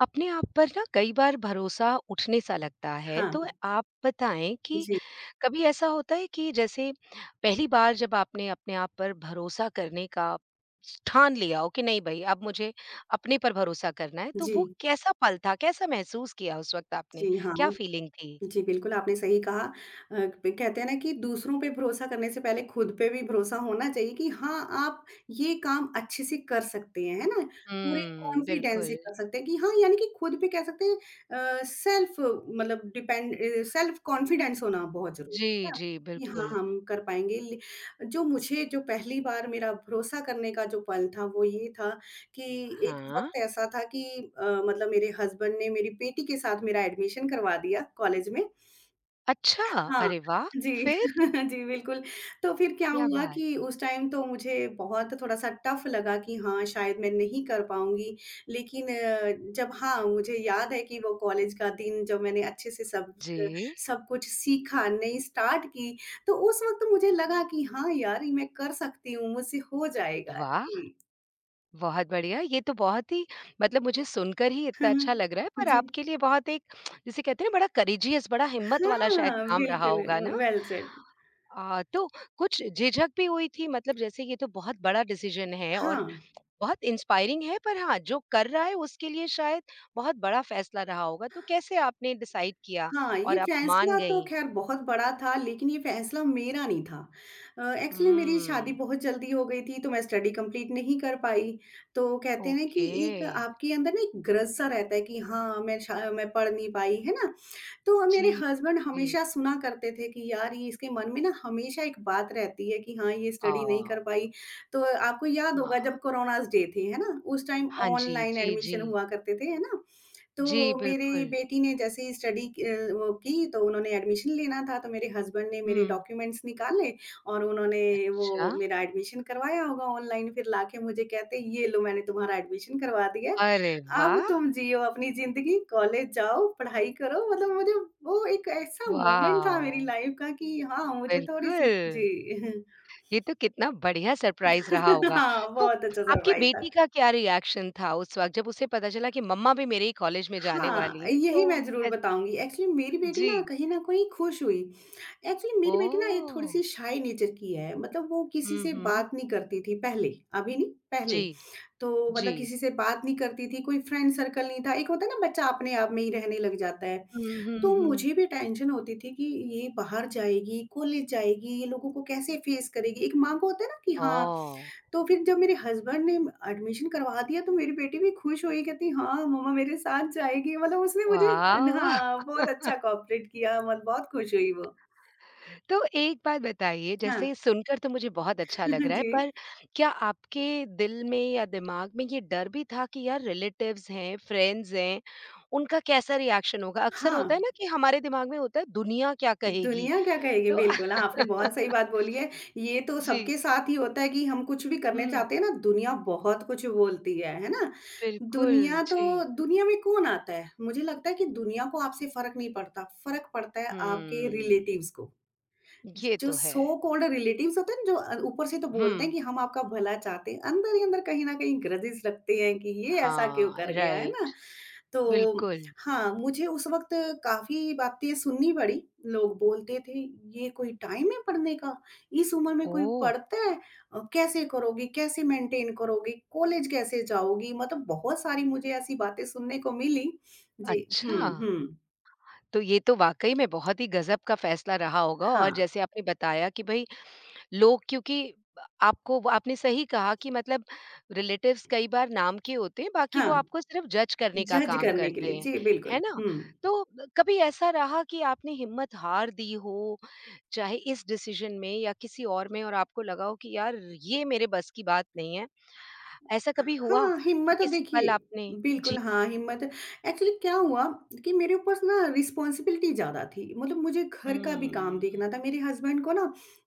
अपने आप पर ना कई बार भरोसा उठने सा लगता है हाँ, तो आप बताएं कि जी, कभी ऐसा होता है कि जैसे पहली बार जब आपने अपने आप पर भरोसा करने का ठान लिया हो कि नहीं भाई अब मुझे अपने पर भरोसा करना है तो जी, वो कैसा पल था? कैसा महसूस किया उस वक्त आपने? जी, क्या हाँ। फीलिंग थी? जी, बिल्कुल आपने सही कहा अ, ब कहते हैं ना कि दूसरों पे भरोसा करने से पहले खुद पे भी भरोसा होना चाहिए कि हाँ, आप ये काम अच्छे से कर सकते हैं, है ना? पूरे हम्म, कॉन्फिडेंस से बिल्कुल। कर सकते हैं कि हाँ, यानी कि खुद पे कह सकते हैं सेल्फ मतलब डिपेंड सेल्फ कॉन्फिडेंस होना बहुत ज़रूरी जी, है ना? जी, कि हाँ, बिल्कुल हम कर पाएँगे। ले जो मुझे जो पहली बार मेरा भरोसा करने का जो पल था, वो ये था कि एक हाँ। वक़्त ऐसा था कि मतलब मेरे हस्बैंड ने मेरी बेटी के साथ मेरा एडमिशन करवा दिया कॉलेज में। अच्छा। हाँ, अरे वाह! जी, फिर जी, बिल्कुल। तो फिर क्या क्या हुआ बात? कि उस टाइम तो मुझे बहुत थोड़ा-सा टफ़ लगा कि हाँ, शायद मैं नहीं कर पाऊँगी। लेकिन जब हाँ, मुझे याद है कि वो कॉलेज का दिन जब मैंने अच्छे से सब अ, जी, सब कुछ सीखा, नई स्टार्ट की, तो उस वक़्त मुझे लगा कि हाँ, यार ये मैं कर सकती हूँ, मुझसे हो जाएगा। वाह, जी। बहुत बढ़िया, ये तो बहुत ही मतलब मुझे सुनकर ही इतना अच्छा लग रहा है, पर जी। आपके लिए बहुत एक जिसे कहते हैं ना बड़ा करेजियस बड़ा हिम्मत वाला हाँ, शायद काम रहा बिल्कुल, होगा ना? Well said. तो कुछ झिझक भी हुई थी मतलब जैसे ये तो बहुत बड़ा डिसीज़न है हाँ, और बहुत इंस्पायरिंग है, पर हाँ, जो कर रहा है उसके लिए शायद बहुत बड़ा फैसला रहा होगा, तो कैसे आपने डिसाइड किया हाँ, ये और आप मान फैसला तो गईं? ख़ैर बहुत बड़ा था, लेकिन ये फैसला मेरा नहीं था। एक्चुअली मेरी शादी हुँ, बहुत जल्दी हो गई थी, तो मैं स्टडी कंप्लीट नहीं कर पाई। तो कहते हैं ना कि ओके। एक आपके अंदर ना एक ग्रज-सा रहता है कि हाँ, मैं पढ़ नहीं पाई, है ना? तो जी, मेरे हस्बैंड जी। हमेशा सुना करते थे कि यार, ये इसके मन में ना हमेशा एक बात रहती है कि हाँ, ये अ, स्टडी नहीं कर पाई। तो आपको याद म होगा जब कोरोनाज़ डे थे, है ना? उस टाइम हाँ जी, ऑनलाइन जी, एडमिशन जी। हुआ करते थे, है ना? तो जी, मेरी बिल्कुल। बेटी ने जैसे ही स्टडी वो की तो उन्होंने एडमिशन लेना था तो मेरे हस्बैंड ने मेरे हुँ। डॉक्यूमेंट्स निकाले और उन्होंने वो अच्छा, मेरा एडमिशन करवाया होगा ऑनलाइन फिर लाके मुझे कहते ये लो मैंने तुम्हारा एडमिशन करवा दिया है। अरे अब वाह! तुम जियो अपनी जिंदगी कॉलेज जाओ पढ़ाई करो मतलब मुझे वो एक ऐसा मोमेंट था मेरी वॉव! लाइफ का कि हाँ मुझे थोड़ी सी। जी। बिल्कुल, ये तो कितना बढ़िया सरप्राइज़ रहा होगा। हाँ तो बहुत अच्छा आपकी सरप्राइज था। बेटी का क्या रिएक्शन था उस वक़्त जब उसे पता चला कि मम्मा भी मेरे ही कॉलेज में जाने हाँ, वाली हैं, यही तो मैं ज़रूर कैस बताऊँगी। एक्चुअली मेरी बेटी ना जी, कहीं न कहीं खुश हुई। एक्चुअली मेरी बेटी ना एक ओह! थोड़ी-सी शाय नेचर की है, मतलब वो किसी हुँ, से हुँ। बात नहीं करती थी पहले, अभी नहीं, पहले। जी, तो मतलब जी। किसी से बात नहीं करती थी, कोई फ्रेंड सर्कल नहीं था। एक होता है ना बच्चा अपने आप में ही रहने लग जाता है। हुँ, हुँ, तो हुँ। मुझे भी टेंशन होती थी कि ये बाहर जाएगी, कॉलेज जाएगी, ये लोगों को कैसे फेस करेगी? एक माँ को होता है ना कि हाँ। ओह! तो फिर जब मेरे हस्बैंड ने एडमिशन करवा दिया तो मेरी बेटी भी खुश हुई कहती हाँ मम्मा मेरे साथ जाएगी मतलब उसने मुझे वॉव! हाँ बहुत अच्छा कोऑपरेट किया मतलब बहुत खुश हुई वो। तो एक बात बताइए, हाँ। जैसे सुनकर तो मुझे बहुत अच्छा लग रहा है, जी। पर क्या आपके दिल में या दिमाग में ये डर भी था कि यार रिलेटिव्स हैं, फ्रेंड्स हैं, उनका कैसा रिएक्शन होगा? अक्सर हाँ, होता है ना कि हमारे दिमाग में होता है दुनिया क्या कहेगी? दुनिया क्या कहेगी तो बिल्कुल हाँ, आपने बहुत सही बात बोली है। ये तो सबके जी, साथ ही होता है कि हम कुछ भी करने हुँ, चाहते हैं ना दुनिया बहुत कुछ बोलती है ना? बिल्कुल, दुनिया जी। तो दुनिया में कौन आता है? मुझे लगता है कि दुनिया को आपसे फ़र्क नहीं पड़ता, फ़र्क पड़ता है आपके हुँ, रिलेटिव्स को। ये जो तो है। सो कॉल्ड रिलेटिव्स होते हैं ना, जो ऊपर से तो बोलते हैं हुँ, कि हम आपका भला चाहते हैं, अंदर ही अंदर कहीं न कहीं ग्रजेस रखते हैं कि ये ऐसा क्यों हाँ, कर गया, है ना? राइट, तो बिल्कुल। हाँ, मुझे उस वक़्त काफ़ी बातें सुननी पड़ी। लोग बोलते थे, "ये कोई टाइम है पढ़ने का? इस उम्र में कोई ओह! पढ़ता है? कैसे करोगी? कैसे मेंटेन करोगी? कॉलेज कैसे जाओगी?" मतलब बहुत सारी मुझे ऐसी बातें सुनने को मिली। जी, अच्छा। हुँ, हुँ। तो ये तो वाक़ई में बहुत ही गज़ब का फ़ैसला रहा होगा और हाँ, जैसे आपने बताया कि भई लोग क्योंकि आपको आपने सही कहा कि मतलब रिलेटिव्स कई बार नाम के होते हैं, बाकी हाँ, वो आपको सिर्फ़ जज करने का जज काम करने के करते लिए। हैं, जी, है बिल्कुल। ना? हुँ। तो कभी ऐसा रहा कि आपने हिम्मत हार दी हो, चाहे इस डिसीज़न में या किसी और में और आपको लगा हो कि यार ये मेरे बस की बात नहीं है। ऐसा कभी हुआ हाँ, कि हिम्मत किसी पल देखिए आपने बिल्कुल जी। हाँ, हिम्मत एक्चुअली क्या हुआ कि मेरे ऊपर ना रिस्पॉन्सिबिलिटी ज़्यादा थी। मतलब मुझे घर का भी काम हुँ, देखना था। मेरे हस्बैंड को ना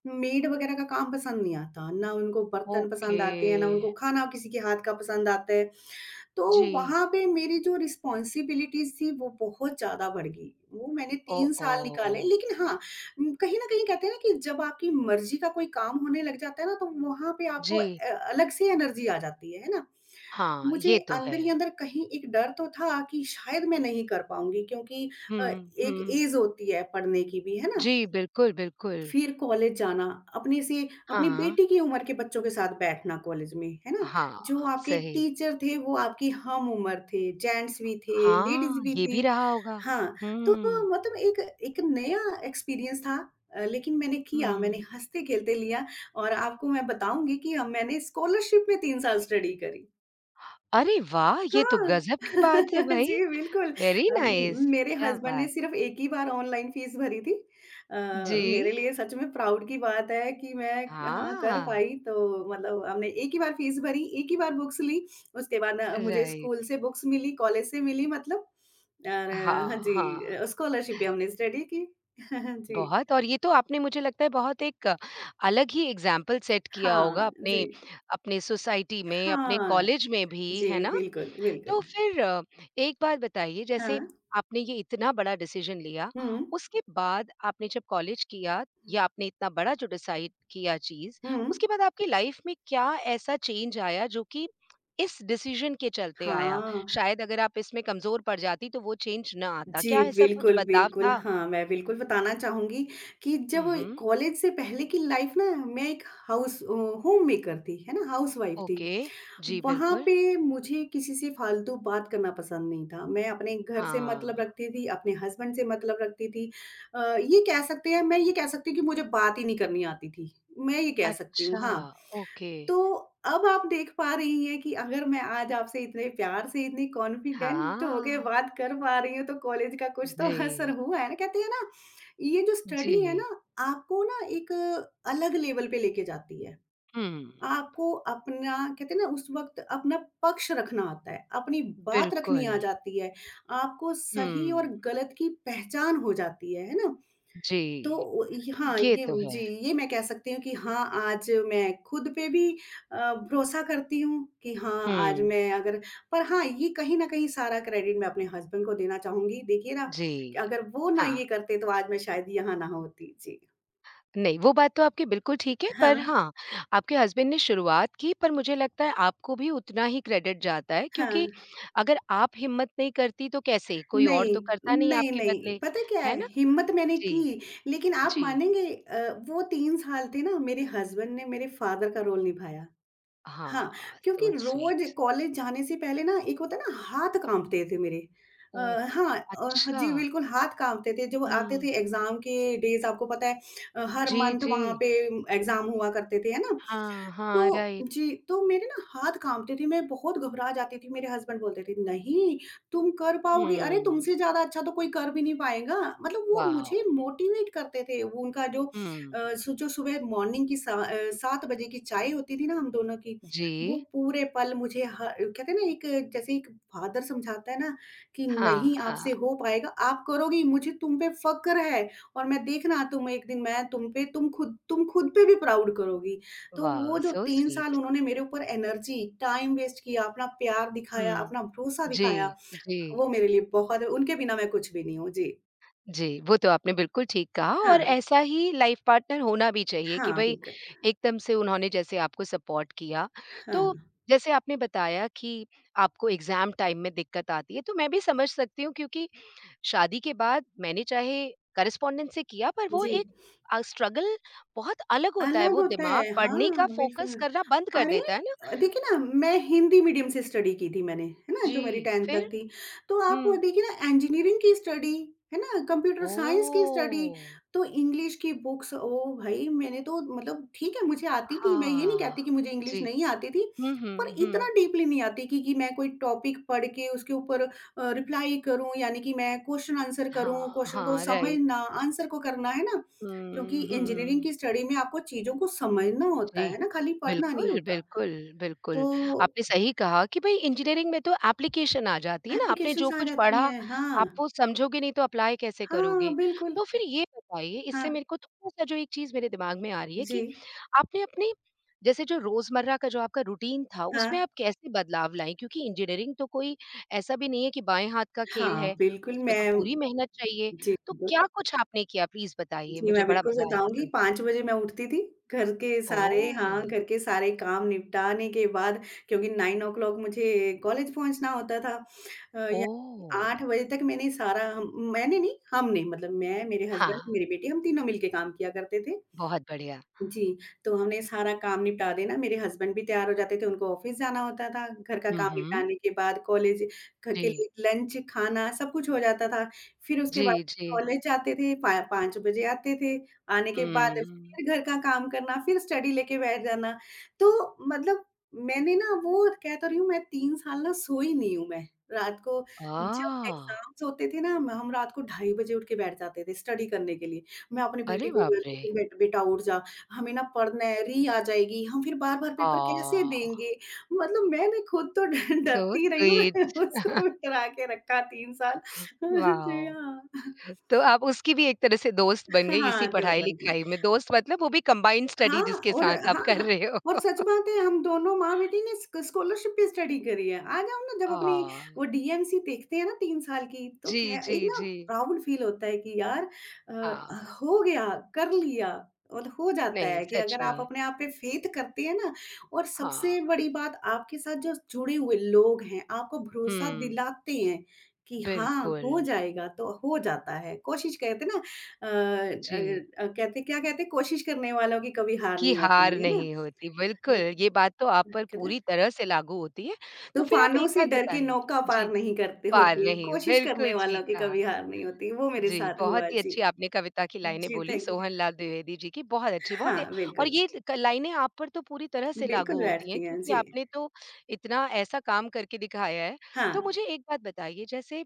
मेड वगैरह का काम पसंद नहीं आता। ना उनको बर्तन पसंद ओके। आते हैं, ना उनको खाना किसी के हाथ का पसंद आता है। तो जी। वहाँ पे मेरी जो रिस्पॉन्सिबिलिटीज़ थी वो बहुत ज़्यादा बढ़ गई। वो मैंने 3 साल निकाले ओह! लेकिन हाँ, कहीं न कहीं कहते हैं ना कि जब आपकी मर्ज़ी का कोई काम होने लग जाता है ना तो वहाँ पे आपको जी, अलग से एनर्जी आ जाती है ना? हाँ, मुझे ये तो अंदर है। ही अंदर कहीं एक डर तो था कि शायद मैं नहीं कर पाऊँगी क्योंकि अ, हुँ, एक हुँ। एज होती है पढ़ने की भी, है ना? जी, बिल्कुल, बिल्कुल। फिर कॉलेज जाना, अपने से अपनी हाँ, बेटी की उम्र के बच्चों के साथ बैठना कॉलेज में, है ना? हाँ, जो आपके सही। टीचर थे वो आपकी हम उम्र थे, जेंट्स भी थे, लेडीज़ हाँ, भी ये थी। भी रहा होगा। हाँ, तो हुँ, मतलब एक एक नया एक्सपीरियंस था लेकिन मैंने किया, मैंने हुँ। हँसते-खेलते लिया और आपको मैं बताऊँगी कि हम मैंने स्कॉलरशिप में 3 साल स्टडी करी। अरे वाह! ये तो हाँ, गज़ब की बात है भई। जी, बिल्कुल। वेरी अ, नाइस, म मेरे क्या हस्बैंड ने बात! सिर्फ़ एक ही बार ऑनलाइन फ़ीस भरी थी। अ, जी, मेरे लिए सच में प्राउड की बात है कि मैं हाँ, कर हाँ, पाई तो मतलब हमने एक ही बार फ़ीस भरी, एक ही बार बुक्स ली, उसके बाद मुझे राइट। स्कूल से बुक्स मिली, कॉलेज से मिली मतलब और हाँ, हाँ जी, हाँ, स्कॉलरशिप पे हमने स्टडी की। जी। बहुत और ये तो आपने मुझे लगता है बहुत एक अलग ही एग्ज़ाम्पल सेट किया होगा हाँ, अपने जी। अपने सोसाइटी में, अपने हाँ, कॉलेज में भी, जी, है ना? बिल्कुल, तो बिल्कुल। फिर एक बात बताइए जैसे हाँ। आपने ये इतना बड़ा डिसीजन लिया, हुँ। उसके बाद आपने जब कॉलेज किया या आपने इतना बड़ा जो डिसाइड किया चीज़, हुँ। उसके बाद आपकी लाइफ में क्या ऐसा चेंज आया जो कि इस डिसीजन के चलते आया? हाँ। शायद अगर आप इसमें कमज़ोर पड़ जाती तो वो चेंज ना आता, जी, क्या ऐसा कुछ बिल्कुल, बदलाव बिल्कुल। था? हाँ, मैं बिल्कुल बताना चाहूँगी कि हुँ, जब हुँ, कॉलेज से पहले की लाइफ़ ना मैं एक होममेकर थी, है ना? हाउसवाइफ़ थी। ओके, जी वहाँ बिल्कुल, पे मुझे किसी से फालतू बात करना पसंद नहीं था। मैं अपने घर से मतलब हाँ, रखती थी, अपने हस्बैंड से मतलब रखती थी। ये कह सकते हैं मैं ये कह सकती हूँ कि मुझे बात ही नहीं करनी आती थी। मैं ये कह सकती हूँ, अच्छा, हाँ। ओके, तो अब आप देख पा रही हैं कि अगर मैं आज आपसे इतने प्यार से, इतनी कॉन्फिडेंट होके हाँ, बात कर पा रही हूँ, तो कॉलेज का कुछ तो असर जी, हुआ है ना। कहते हैं ना, ये जो स्टडी है ना, जी, आपको ना एक अलग लेवल पे लेके जाती है। हुँ, आपको अपना कहते हैं ना उस वक़्त अपना पक्ष रखना आता है, अपनी बात रखनी बिल्कुल। आ जाती है, आपको सही और हुँ, गलत की पहचान हो जाती है ना? तो जी, उ इ हाँ, ये ये तो जी, है। ये मैं कह सकती हूँ कि हाँ, आज मैं खुद पे भी भरोसा करती हूँ कि हाँ, आज हुँ, मैं अगर पर हाँ, ये कहीं न कहीं सारा क्रेडिट मैं अपने हस्बैंड को देना चाहूँगी। देखिए ना, कि जी, अगर वो ना हाँ। ये करते तो आज मैं शायद यहाँ ना होती। जी। नहीं, वो बात तो आपकी बिल्कुल ठीक है, हाँ, पर हाँ, आपके हस्बैंड ने शुरुआत की पर मुझे लगता है आपको भी उतना ही क्रेडिट जाता है क्योंकि हाँ। अगर आप हिम्मत नहीं करती तो कैसे? कोई और नहीं, तो करता नहीं नहीं, आपके नहीं, बदले, पता है क्या है है? ना? हिम्मत मैंने जी, की, लेकिन आप जी। मानेंगे वो 3 साल थे ना, मेरे हस्बैंड ने मेरे फादर का रोल निभाया। हाँ, हाँ, क्योंकि सो रोज़ स्वीट। कॉलेज जाने से पहले ना एक होता है ना हाथ काँपते थे मेरे। अ, ओह! हाँ हाँ अच्छा। जी बिल्कुल हाथ काँपते थे जब आते हुँ, थे एग्ज़ाम के डेज़ आपको पता है हर जी, मंथ जी। वहाँ पे एग्ज़ाम हुआ करते थे, है ना? हाँ, तो हाँ, राइट। जी, तो मेरे ना हाथ काँपते थे, मैं बहुत घबरा जाती थी, मेरे हस्बैंड बोलते थे, "नहीं, तुम कर पाओगी, अरे हुँ, तुमसे ज़्यादा अच्छा तो कोई कर भी नहीं पाएगा।" मतलब वो वॉव! मुझे मोटिवेट करते थे, वो उनका जो हुँ, अ, सु जो सुबह मॉर्निंग की 7 बजे की चाय होती थी ना हम दोनों की, वो जी। पूरे पल मुझे ह कहते हैं ना एक जैसे एक फादर समझाता है ना कि हाँ, नहीं आपसे हाँ। हो पाएगा, आप करोगी, मुझे तुम पे फ़क्र है और मैं देखना तुम एक दिन मैं तुम पे तुम खुद पे भी प्राउड करोगी। तो वाओ! वो जो सो 3 साल स्वीट। उन्होंने मेरे ऊपर एनर्जी, टाइम वेस्ट किया, अपना प्यार दिखाया, हुँ। अपना भरोसा जी, दिखाया, जी, वो मेरे लिए बहुत उनके बिना मैं कुछ भी नहीं हूँ। जी। जी, वो तो आपने बिल्कुल ठीक कहा हाँ, और ऐसा ही लाइफ पार्टनर होना भी चाहिए कि हाँ, भई बिल्कुल। एकदम से उन्होंने जैसे आपको सपोर्ट किया। तो हाँ, जैसे आपने बताया कि आपको एग्ज़ाम टाइम में दिक्कत आती है, तो मैं भी समझ सकती हूँ क्योंकि शादी के बाद मैंने चाहे कॉरेस्पॉन्डेंस से किया पर वो जी। एक स्ट्रगल बहुत अलग होता है, अलग वो होता दिमाग है, पढ़ने हाँ, का बिल्कुल। फ़ोकस करना बंद कर अरे! देता है ना? देखिए ना मैं हिंदी मीडियम से स्टडी की थी मैंने, है ना? जो मेरी जी, 10th तक फिर? थी। तो आप वो हुँ। देखिए ना इंजीनियरिंग की स्टडी, है ना? कंप्यूटर साइंस की स्टडी, ओह! तो इंग्लिश की बुक्स ओह भाई! मैंने तो मतलब ठीक है मुझे आती थी, मैं ये नहीं हाँ, कहती कि मुझे इंग्लिश जी। नहीं आती थी, हुँ, हुँ, पर इतना हुँ। डीपली नहीं आती कि मैं कोई टॉपिक पढ़ के उसके ऊपर रिप्लाई करूँ यानी कि मैं क्वेश्चन आंसर करूँ, हाँ, क्वेश्चन को हाँ, राइट। समझना, आंसर को करना, है ना? क्योंकि हुँ, इंजीनियरिंग हुँ। की स्टडी में आपको चीज़ों को समझना होता जी। है ना, खाली पढ़ना नहीं बिल्कुल, होता। बिल्कुल, तो बिल्कुल। आपने सही कहा कि भई इंजीनियरिंग में तो एप्लीकेशन आ जाती है ना, आपने जो एप्लीकेशंस आ कुछ पढ़ा, जाती हैं हाँ, आप वो समझोगे नहीं तो अप्लाई कैसे हाँ, करोगे? बिल्कुल। तो फिर ये बताइए, इससे हाँ, मेरे को थोड़ा-सा जो एक चीज़ मेरे दिमाग में आ रही है जी, कि आपने अपने जैसे जो रोज़मर्रा का जो आपका रूटीन था, हाँ, उसमें आप कैसे बदलाव लाईं? क्योंकि इंजीनियरिंग तो कोई ऐसा भी नहीं है कि बाएँ हाथ का खेल हाँ, है, बिल्कुल उसमें तो मैं पूरी मेहनत चाहिए। जी, तो बिल्कुल। क्या कुछ आपने किया? प्लीज़ बताइए, जी, मुझे मैं बड़ा बिल्कुल मज़ा आएगा बताऊँगी सुन के। 5 बजे मैं उठती थी, घर के सारे ओह! हाँ, घर के सारे काम निपटाने के बाद क्योंकि 9 ओ क्लॉक मुझे कॉलेज पहुँचना होता था। या ओह! 8 बजे तक मैंने सारा हम मैंने नहीं, हमने मतलब मैं, मेरे हाँ, हस्बैंड, मेरी बेटी हम तीनों मिलके काम किया करते थे। बहुत बढ़िया। जी, तो हमने सारा काम निपटा देना मेरे हस्बैंड भी तैयार हो जाते थे, उनको ऑफ़िस जाना होता था, घर का हुँ, काम हुँ। निपटाने के बाद कॉलेज घर के जी, लिए लंच, खाना सब कुछ हो जाता था। फिर उसके जी, बाद जी। कॉलेज जाते थे, पा 5 बजे आते थे, आने के बाद हुँ। फिर घर का काम करना, फिर स्टडी लेके बैठ जाना। तो मतलब मैंने ना वो कह तो रही हूँ मैं 3 साल ना सोई नहीं हूँ मैं। रात को जब ओह! एग्ज़ाम्स होते थे ना हम रात को ढाई बजे उठ के बैठ जाते थे स्टडी करने के लिए। मैं अपने बेटे अरे को बाप बोलती रे! थी, बेटा उठ जा।" हमें ना पढ़नेरी आ जाएगी, हम फिर बार-बार पेपर कैसे ओह! देंगे? मतलब मैंने खुद तो ड सो डरती रही हूँ, मैंने स्वीट, उसको भी डरा के रखा 3 साल। जी वॉव! हाँ। तो आप उसकी भी एक तरह से दोस्त बन गई हाँ, इसी 2 साल की। पढ़ाई-लिखाई में, दोस्त मतलब वो भी कंबाइंड स्टडी हाँ, जिसके और साथ आप हाँ, कर हाँ, रहे और हो। सच बात है हम दोनों माँ-बेटी ने स्कॉलरशिप पे स्टडी करी है। आ जाओ ना जब अपनी ओह! वो डीएमसी देखते हैं ना 3 साल की तो जी, खै जी, एक ना जी। प्राउड फील होता है कि यार हाँ, हो गया, कर लिया और हो जाता नहीं है कि सच अगर आप में, अपने आप पे फेथ करते हैं ना और हाँ। सबसे बड़ी बात आपके साथ जो जुड़े हुए लोग हैं, आपको भरोसा हुँ। दिलाते हैं कि हाँ, बिल्कुल, हो जाएगा तो हो जाता है। कोशिश कहते हैं ना अ अ जी। कहते क्या कहते हैं कोशिश करने वालों की कभी हार कि नहीं होती, हार है ना? नहीं होती, बिल्कुल, अ, ये बात तो आप पर कहते हैं पूरी तरह से लागू होती है। तो फिर आप तूफानों एक से बात डर के बताइए नौका पार जी, नहीं करते पार होती, नहीं हो, कोशिश करने बिल्कुल वालों ठीक की कहा। कभी हार नहीं होती, वो मेरे जी, साथ बहुत हुआ ही जी। अच्छी आपने कविता की लाइनें जी, बोली थैंक यू। सोहन लाल द्विवेदी जी की, बहुत अच्छी, बहुत ए हाँ, और बिल्कुल, ये क लाइनें आप पर तो पूरी तरह से लागू बिल्कुल होती हैं बैठती हैं, क्योंकि जी। आपने तो इतना ऐसा काम करके दिखाया है। हाँ। तो मुझे एक बात बताइए जैसे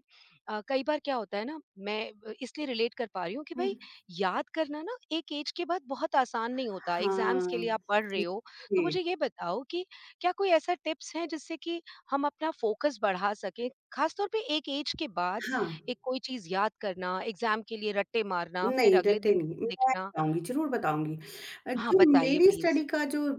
कई बार क्या होता है ना मैं इसलिए रिलेट कर पा रही हूँ कि हुँ। भई याद करना ना एक ऐज के बाद बहुत आसान नहीं होता, एग्ज़ाम्स के हाँ। लिए आप पढ़ रहे हो। तो जी। मुझे ये बताओ कि क्या कोई ऐसा टिप्स है जिससे कि हम अपना फ़ोकस बढ़ा सकें? ख़ास तौर पे एक ऐज के बाद हाँ। एक कोई चीज़ याद करना, एग्ज़ाम के लिए रट्टे मारना, फिर नहीं, अगले डटे दिन नहीं। मैं लिखना बताऊँगी, ज़रूर बताऊँगी। हाँ, जो बताइए मेरी प्लीज़? स्टडी का जो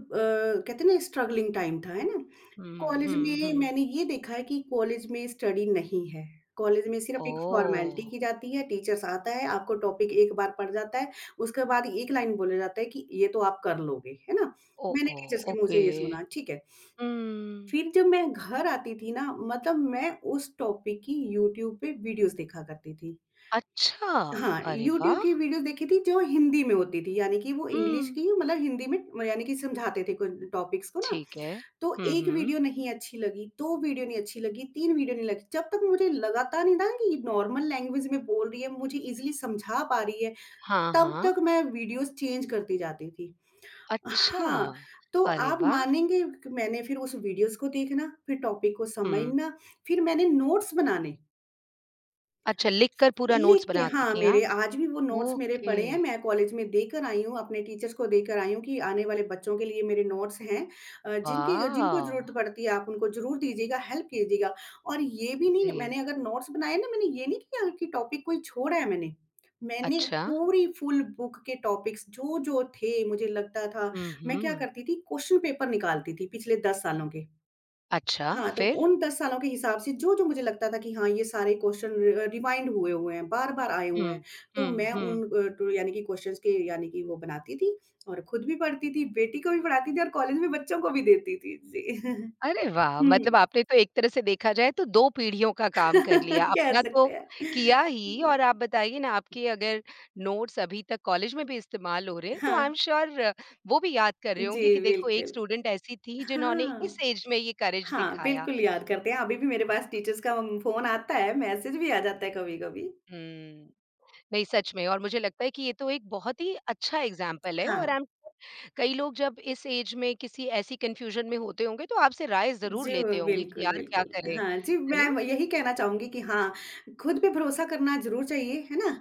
कहते हैं ना स्ट्रगलिंग टाइम था, है ना? हुँ, कॉलेज हुँ, में हुँ। मैंने ये देखा है कि कॉलेज में स्टडी नहीं है। कॉलेज में सिर्फ़ एक फॉर्मेलिटी ओह! की जाती है, टीचर्स आता है, आपको टॉपिक एक बार पढ़ जाता है, उसके बाद एक लाइन बोला जाता है कि ये तो आप कर लोगे, है ना? मैंने ओह! टीचर्स के मुँह ओके। से ये सुना, ठीक है। हुँ। फिर जब मैं घर आती थी ना, मतलब मैं उस टॉपिक की यूट्यूब पे वीडियोज़ देखा करती थी। अच्छा! हाँ, अरे यूट्यूब की वाह! वीडियोज़ देखी थी जो हिंदी में होती थी, यानी कि वो इंग्लिश हुँ, की मतलब हिंदी में यानी कि समझाते थे कुछ टॉपिक्स को ना, ठीक है। तो हुँ, 1 हुँ। वीडियो नहीं अच्छी लगी, 2 वीडियो नहीं अच्छी लगी, 3 वीडियो नहीं लगी, जब तक मुझे लगातार नहीं था कि नॉर्मल लैंग्वेज में बोल रही है, मुझे ईज़िली समझा पा रही है, हाँ, तब हाँ। तक मैं वीडियोज़ चेंज करती जाती थी। अच्छा! हाँ, तो अरे आप वाह! मानेंगे कि मैंने फिर उस वीडियोज़ को देखना, फिर टॉपिक को हुँ। समझना, फिर मैंने नोट्स बनाने। अच्छा, लिख कर पूरा लिख नोट्स के बनाती हाँ, थीं मेरे आप? आज भी वो नोट्स मेरे ओके। पड़े हैं, मैं कॉलेज में देकर आई हूँ, अपने टीचर्स को देकर आई हूँ कि आने वाले बच्चों के लिए मेरे नोट्स हैं जिनकी जिनको वॉव! ज़रूरत पड़ती है, आप उनको ज़रूर दीजिएगा, हेल्प कीजिएगा। और ये भी नहीं जी। मैंने अगर नोट्स बनाए ना, मैंने ये नहीं किया कि टॉपिक कोई छोड़ा है मैंने। मैंने अच्छा। पूरी फुल बुक के टॉपिक्स जो-जो थे, मुझे लगता था हुँ, मैं क्या हुँ। करती थी, क्वेश्चन पेपर निकालती थी पिछले 10 सालों के। अच्छा, हाँ, तो फिर? उन 10 सालों के हिसाब से जो-जो मुझे लगता था कि हाँ, ये सारे क्वेश्चन रि रिवाइंड हुए हुए हैं, बार-बार आए हुए हैं, हुँ, तो हुँ, मैं हुँ। उन अ, टो यानी कि क्वेश्चन्स के यानी कि वो बनाती थी और खुद भी पढ़ती थी, बेटी को भी पढ़ाती थी और कॉलेज में बच्चों को भी देती थी। जी। अरे वाह! हुँ। मतलब आपने तो एक तरह से देखा जाए तो 2 पीढ़ियों का काम कर लिया। कह अपना तो सकते हैं। किया ही और आप बताइए ना आपके अगर नोट्स अभी तक कॉलेज में भी इस्तेमाल हो रहे हैं तो हाँ। आई एम श्योर वो भी याद कर रहे जी, होंगे कि देखो एक बिल्कुल। स्टूडेंट ऐसी थी जिन्होंने इस हाँ। ऐज में ये करेज हाँ, दिखाया। बिल्कुल याद करते हैं। अभी भी मेरे पास हाँ। टीचर्स का फ़ोन आता है, मैसेज भी आ जाता है कभी-कभी। हुँ। नहीं सच में और मुझे लगता है कि ये तो एक बहुत ही अच्छा एग्ज़ाम्पल है और आई हाँ। एम कई लोग जब इस ऐज में किसी ऐसी कन्फ्यूज़न में होते होंगे तो आपसे राय ज़रूर जी, वो लेते होंगे कि बिल्कुल, यार क्या बिल्कुल। करें? हाँ जी, है मैं ना? व यही कहना चाहूँगी कि हाँ, खुद पे भरोसा करना ज़रूर चाहिए, है ना?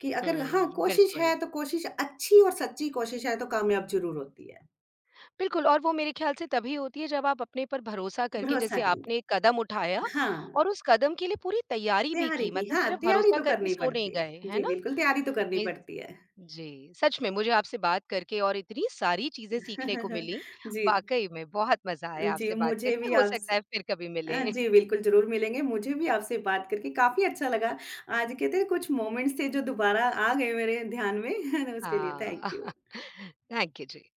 कि अगर हाँ, हुँ, कोशिश बिल्कुल। है तो कोशिश अच्छी और सच्ची कोशिश है तो कामयाब ज़रूर होती है। बिल्कुल और वो मेरे ख़्याल से तभी होती है जब आप अपने पर भरोसा करके भरोसा जैसे करेंगे। आपने एक कदम उठाया हाँ, और उस कदम के लिए पूरी तैयारी भी तैयारी की की मतलब हाँ, सिर्फ़ तैयारी भरोसा तो करके करनी सो नहीं पड़ती गए, है। है जी, ना? बिल्कुल तैयारी तो करनी ये पड़ती है। जी, सच में मुझे आपसे बात करके और इतनी सारी चीज़ें सीखने को मिली, जी, वाक़ई में बहुत मज़ा आया जी, आपसे बात मुझे करके, भी हो आपसे सकता है फिर कभी मिलें। जी, बिल्कुल ज़रूर मिलेंगे। मुझे भी आपसे बात करके काफ़ी अच्छा लगा। आज के थे कुछ मोमेंट्स थे जो दोबारा आ गए मेरे ध्यान में उसके लिए हाँ, thank you. Thank you ji.